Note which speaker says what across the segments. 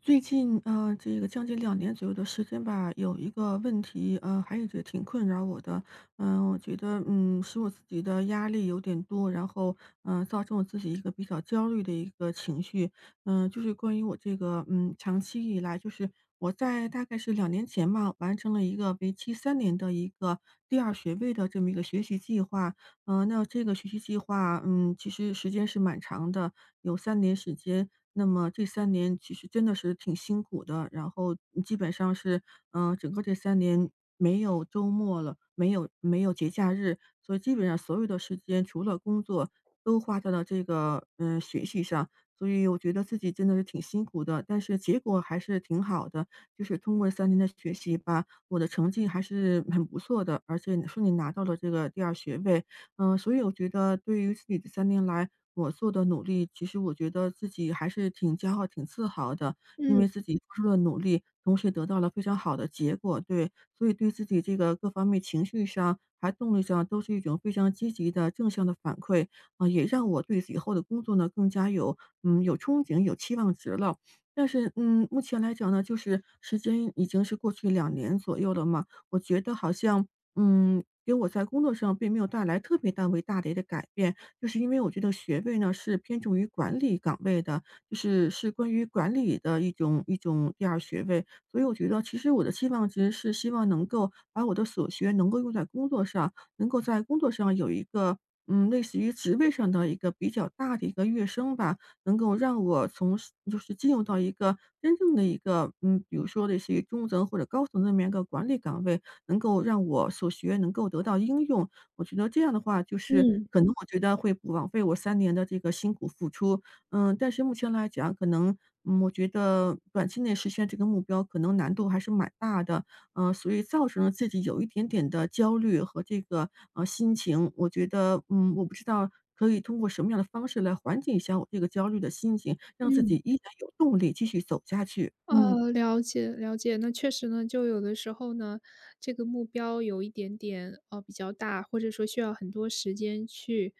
Speaker 1: 最近，这个将近2年左右的时间吧，有一个问题，还有直挺困扰我的。我觉得，使我自己的压力有点多，然后，造成我自己一个比较焦虑的一个情绪。就是关于我这个，长期以来，就是我在大概是2年前吧，完成了一个为期三年的一个第二学位的这么一个学习计划。那这个学习计划，其实时间是蛮长的，有3年时间。那么这三年其实真的是挺辛苦的，然后基本上是，整个这三年没有周末了，没有节假日，所以基本上所有的时间除了工作都花在了这个，学习上。所以我觉得自己真的是挺辛苦的，但是结果还是挺好的，就是通过三年的学习吧，我的成绩还是很不错的，而且说你拿到了这个第二学位。所以我觉得对于自己的三年来我做的努力，其实我觉得自己还是挺骄傲、挺自豪的，因
Speaker 2: 嗯
Speaker 1: 为自己付出了努力，同时得到了非常好的结果，对。所以对自己这个各方面情绪上，还动力上都是一种非常积极的正向的反馈，啊，也让我对以后的工作呢，更加有憧憬、有期望值了。但是，目前来讲呢，就是时间已经是过去两年左右了嘛，我觉得好像给我在工作上并没有带来特别大为大的一个改变，就是因为我觉得学位呢是偏重于管理岗位的，就是关于管理的一种第二学位，所以我觉得其实我的期望值是希望能够把我的所学能够用在工作上，能够在工作上有一个类似于职位上的一个比较大的一个跃升吧，能够让我从就是进入到一个真正的一个比如说类似于中层或者高层那么样一个管理岗位，能够让我所学能够得到应用。我觉得这样的话，就是
Speaker 2: 嗯
Speaker 1: 可能我觉得会不枉费我三年的这个辛苦付出。但是目前来讲，可能，我觉得短期内实现这个目标可能难度还是蛮大的，所以造成了自己有一点点的焦虑和这个，心情。我觉得，我不知道可以通过什么样的方式来缓解一下我这个焦虑的心情，让自
Speaker 2: 嗯，
Speaker 1: 己依然有动力继续走下去。嗯，
Speaker 2: 了解了解。那确实呢，就有的时候呢，这个目标有一点点比较大，或者说需要很多时间去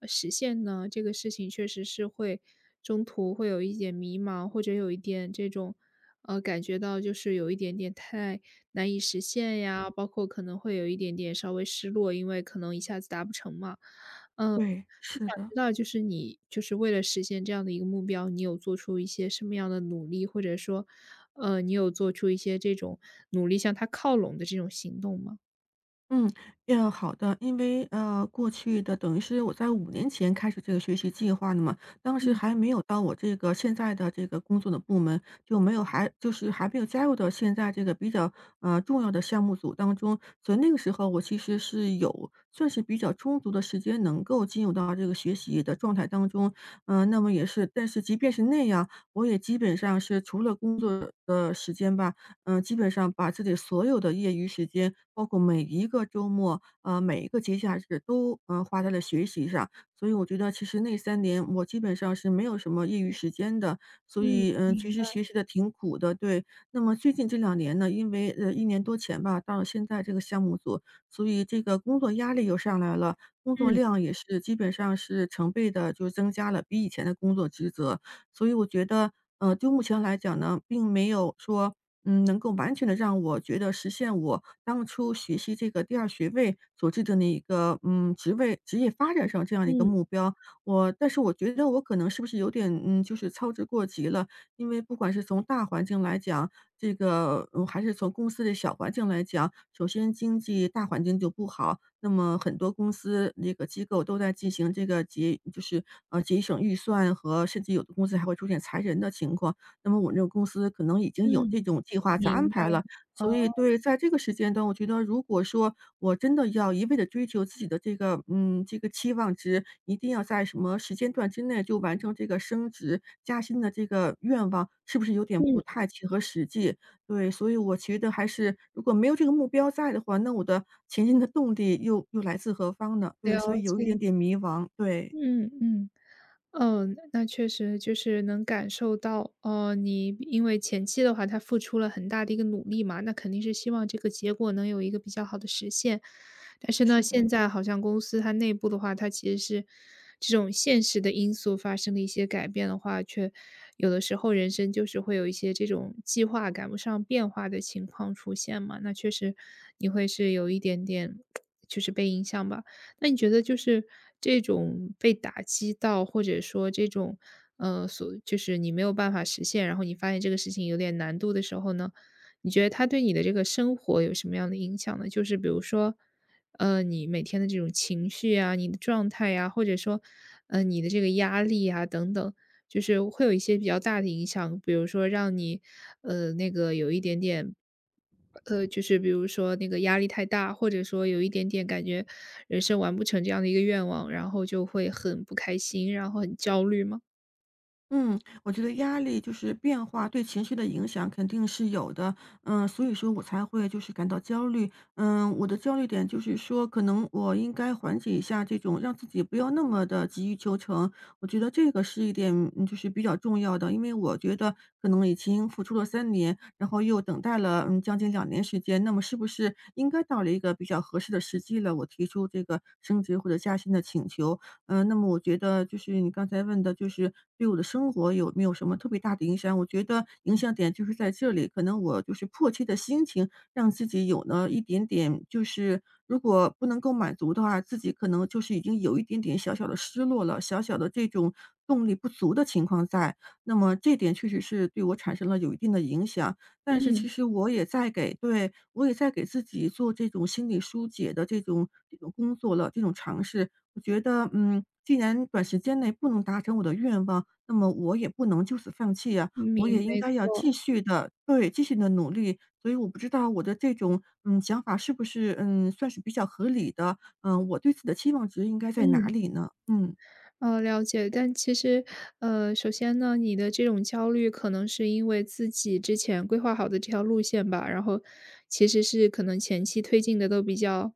Speaker 2: 实现呢，这个事情确实是会中途会有一点迷茫，或者有一点这种感觉到就是有一点点太难以实现呀，包括可能会有一点点稍微失落，因为可能一下子达不成嘛。嗯，
Speaker 1: 对，
Speaker 2: 我
Speaker 1: 是
Speaker 2: 想知
Speaker 1: 的。
Speaker 2: 道，就是你就是为了实现这样的一个目标，你有做出一些什么样的努力，或者说你有做出一些这种努力向他靠拢的这种行动吗？
Speaker 1: 嗯，要好的。因为，过去的等于是我在5年前开始这个学习计划的嘛，当时
Speaker 2: 嗯
Speaker 1: 还没有到我这个现在的这个工作的部门，就还没有加入到现在这个比较，重要的项目组当中。所以那个时候我其实是有算是比较充足的时间能够进入到这个学习的状态当中。那么但是即便是那样，我也基本上是除了工作的时间吧，基本上把自己所有的业余时间，包括每一个周末，每一个节假日都花在了学习上。所以我觉得其实那三年我基本上是没有什么业余时间的，所
Speaker 2: 嗯，
Speaker 1: 以，其
Speaker 2: 明
Speaker 1: 实
Speaker 2: 白。
Speaker 1: 学习的挺苦的，对。那么最近这两年呢，因为，1年多前吧，到了现在这个项目组，所以这个工作压力又上来了，工作
Speaker 2: 嗯，
Speaker 1: 量也是基本上是成倍的就增加了，比以前的工作职责。所以我觉得，就目前来讲呢，并没有说能够完全的让我觉得实现我当初学习这个第二学位所制定的一个，职位职业发展上这样的一个
Speaker 2: 嗯
Speaker 1: 目标。但是我觉得我可能是不是有点，就是操之过急了。因为不管是从大环境来讲，这个还是从公司的小环境来讲，首先经济大环境就不好，那么很多公司那个机构都在进行这个节就是，呃，节省预算和甚至有的公司还会出现裁人的情况。那么我们这个公司可能已经有
Speaker 2: 嗯，
Speaker 1: 这种计划在安
Speaker 2: 明白，
Speaker 1: 排了，所以
Speaker 2: 哦。
Speaker 1: 对，在这个时间段，我觉得如果说我真的要一味的追求自己的这个期望值，一定要在什么时间段之内就完成这个升职加薪的这个愿望，是不是有点不
Speaker 2: 嗯，
Speaker 1: 太切合实际？对，所以我觉得还是如果没有这个目标在的话，那我的前进的动力又来自何方呢？对，
Speaker 2: 了
Speaker 1: 所以有
Speaker 2: 解。
Speaker 1: 一点点迷茫，对，
Speaker 2: 嗯嗯。嗯，那确实就是能感受到，哦，你因为前期的话，他付出了很大的一个努力嘛，那肯定是希望这个结果能有一个比较好的实现。但是呢，
Speaker 1: 是的。
Speaker 2: 现在好像公司它内部的话，它其实是这种现实的因素发生了一些改变的话，却有的时候人生就是会有一些这种计划赶不上变化的情况出现嘛，那确实你会是有一点点 就是被影响吧。那你觉得就是这种被打击到，或者说这种，所就是你没有办法实现，然后你发现这个事情有点难度的时候呢，你觉得它对你的这个生活有什么样的影响呢？就是比如说，你每天的这种情绪啊，你的状态呀、或者说，你的这个压力啊等等，就是会有一些比较大的影响，比如说让你，那个有一点点就是比如说那个压力太大，或者说有一点点感觉人生完不成这样的一个愿望，然后就会很不开心，然后很焦虑吗？
Speaker 1: 嗯，我觉得压力就是变化对情绪的影响肯定是有的，所以说我才会就是感到焦虑。我的焦虑点就是说，可能我应该缓解一下这种让自己不要那么的急于求成，我觉得这个是一点，就是比较重要的。因为我觉得可能已经付出了三年，然后又等待了，将近2年时间，那么是不是应该到了一个比较合适的时机了，我提出这个升职或者加薪的请求。那么我觉得就是你刚才问的，就是对我的生活有没有什么特别大的影响？我觉得影响点就是在这里，可能我就是迫切的心情，让自己有了一点点，就是如果不能够满足的话，自己可能就是已经有一点点小小的失落了，小小的这种动力不足的情况在。那么这点确实是对我产生了有一定的影响。但是
Speaker 2: 嗯，
Speaker 1: 其实我也在给对，我也在给自己做这种心理疏解的这种工作了，这种尝试。我觉得，既然短时间内不能达成我的愿望，那么我也不能就此放弃呀，我
Speaker 2: 明
Speaker 1: 也应
Speaker 2: 没
Speaker 1: 该要
Speaker 2: 错，
Speaker 1: 继续的努力。所以我不知道我的这种，想法是不是，算是比较合理的，我对自己的期望值应该在哪
Speaker 2: 嗯，
Speaker 1: 里呢？嗯。
Speaker 2: 了解。但其实，首先呢，你的这种焦虑可能是因为自己之前规划好的这条路线吧，然后其实是可能前期推进的都比较，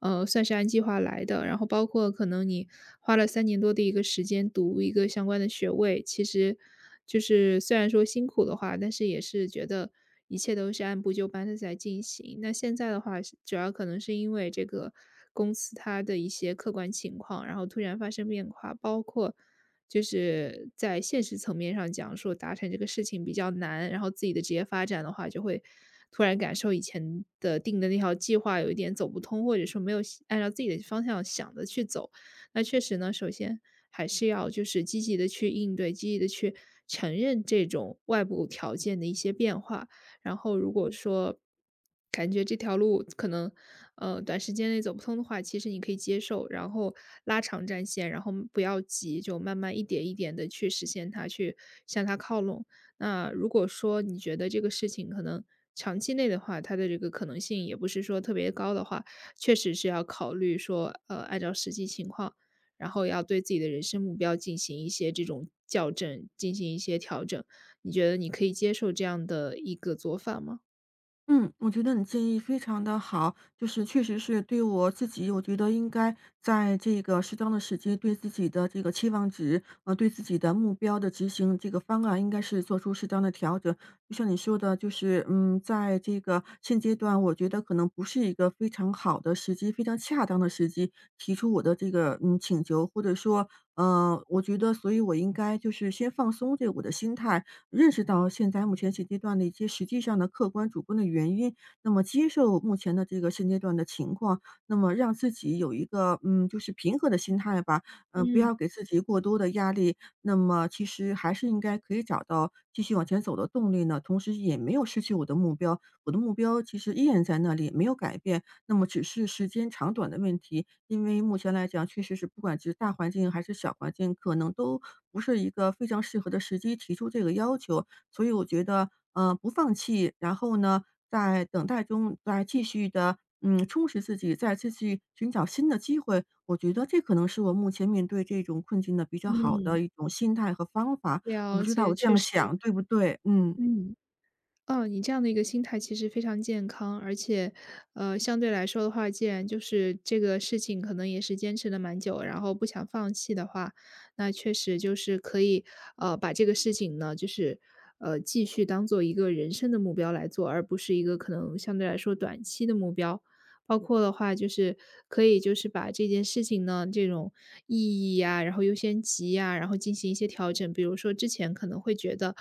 Speaker 2: 算是按计划来的。然后包括可能你花了三年多的一个时间读一个相关的学位，其实。就是虽然说辛苦的话，但是也是觉得一切都是按部就班的在进行。那现在的话是主要可能是因为这个公司它的一些客观情况，然后突然发生变化，包括就是在现实层面上讲，说达成这个事情比较难，然后自己的职业发展的话，就会突然感受以前的定的那条计划有一点走不通，或者说没有按照自己的方向想的去走。那确实呢，首先还是要就是积极的去应对，积极的去承认这种外部条件的一些变化。然后如果说感觉这条路可能，短时间内走不通的话，其实你可以接受，然后拉长战线，然后不要急，就慢慢一点一点的去实现它，去向它靠拢。那如果说你觉得这个事情可能长期内的话，它的这个可能性也不是说特别高的话，确实是要考虑说，按照实际情况然后要对自己的人生目标进行一些这种校正，进行一些调整。你觉得你可以接受这样的一个做法吗？
Speaker 1: 嗯，我觉得你建议非常的好，就是确实是对我自己，我觉得应该在这个适当的时机对自己的这个期望值，对自己的目标的执行这个方案应该是做出适当的调整。就像你说的，就是，在这个现阶段，我觉得可能不是一个非常好的时机，非常恰当的时机提出我的这个，请求，或者说，我觉得所以我应该就是先放松这个我的心态，认识到现在目前现阶段的一些实际上的客观主观的原因，那么接受目前的这个现阶段的情况，那么让自己有一个，就是平和的心态吧，不
Speaker 2: 嗯
Speaker 1: 要给自己过多的压力。那么其实还是应该可以找到继续往前走的动力呢，同时也没有失去我的目标，我的目标其实依然在那里，没有改变，那么只是时间长短的问题。因为目前来讲，确实是不管是大环境还是小环境，可能都不是一个非常适合的时机提出这个要求。所以我觉得，不放弃，然后呢，在等待中再继续的，充实自己，再继续寻找新的机会，我觉得这可能是我目前面对这种困境的比较好
Speaker 2: 嗯。
Speaker 1: 的一种心态和方法。我
Speaker 2: 了
Speaker 1: 不知道
Speaker 2: 解，
Speaker 1: 我这
Speaker 2: 确
Speaker 1: 样
Speaker 2: 实，
Speaker 1: 想对不对？嗯，
Speaker 2: 嗯，哦，你这样的一个心态其实非常健康，而且，相对来说的话，既然就是这个事情可能也是坚持了蛮久，然后不想放弃的话，那确实就是可以，把这个事情呢，就是，继续当做一个人生的目标来做，而不是一个可能相对来说短期的目标。包括的话就是可以就是把这件事情呢，这种意义呀，然后优先级呀，然后进行一些调整。比如说之前可能会觉得，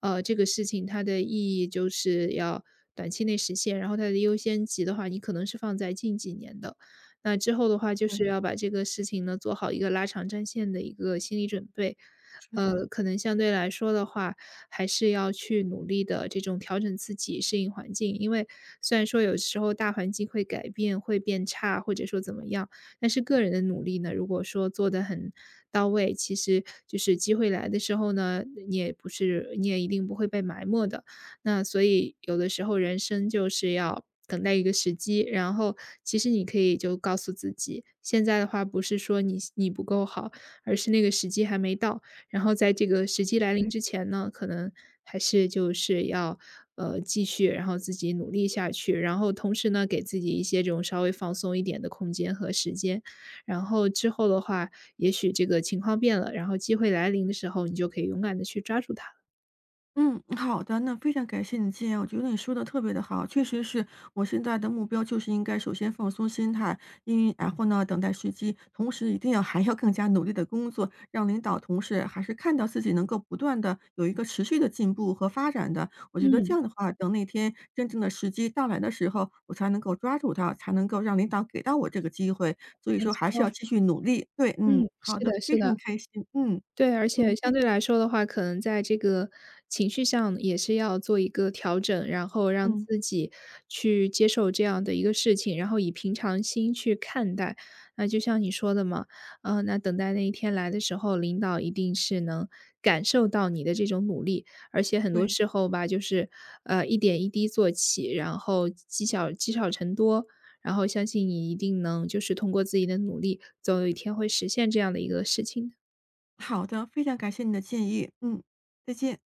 Speaker 2: 这个事情它的意义就是要短期内实现，然后它的优先级的话，你可能是放在近几年的。那之后的话，就
Speaker 1: 对，
Speaker 2: 是要把这个事情呢，做好一个拉长战线的一个心理准备。
Speaker 1: 是的。
Speaker 2: 可能相对来说的话，还是要去努力的，这种调整自己，适应环境。因为虽然说有时候大环境会改变，会变差，或者说怎么样，但是个人的努力呢，如果说做得很到位，其实就是机会来的时候呢，你一定不会被埋没的。那所以有的时候人生就是要等待一个时机，然后其实你可以就告诉自己，现在的话不是说你不够好，而是那个时机还没到。然后在这个时机来临
Speaker 1: 对。
Speaker 2: 之前呢，可能还是就是要，继续，然后自己努力下去，然后同时呢，给自己一些这种稍微放松一点的空间和时间。然后之后的话，也许这个情况变了，然后机会来临的时候，你就可以勇敢的去抓住它了。
Speaker 1: 嗯，好的，那非常感谢你的建议啊，我觉得你说的特别的好，确实是我现在的目标就是应该首先放松心态，然后呢等待时机，同时一定要还要更加努力的工作，让领导同事还是看到自己能够不断的有一个持续的进步和发展的。我觉得这
Speaker 2: 嗯，
Speaker 1: 样的话，等那天真正的时机到来的时候，我才能够抓住它，才能够让领导给到我这个机会。所以
Speaker 2: 没
Speaker 1: 说还是
Speaker 2: 错，
Speaker 1: 要继续努力。对，嗯，
Speaker 2: 嗯，是
Speaker 1: 好的，
Speaker 2: 的是
Speaker 1: 非常
Speaker 2: 的。
Speaker 1: 开心，嗯
Speaker 2: 对，而且
Speaker 1: 嗯，非
Speaker 2: 相对
Speaker 1: 常
Speaker 2: 来说的话，可能在这个情绪上也是要做一个调整，然后让
Speaker 1: 嗯，
Speaker 2: 自己去接受这样的一个事情，然后以平常心去看待。那就像你说的嘛，那等待那一天来的时候，领导一定是能感受到你的这种努力，而且很多
Speaker 1: 对。
Speaker 2: 时候吧，就是一点一滴做起，然后积小积少成多。然后相信你一定能，就是通过自己的努力，总有一天会实现这样的一个事情的。
Speaker 1: 好的，非常感谢你的建议，嗯，再见。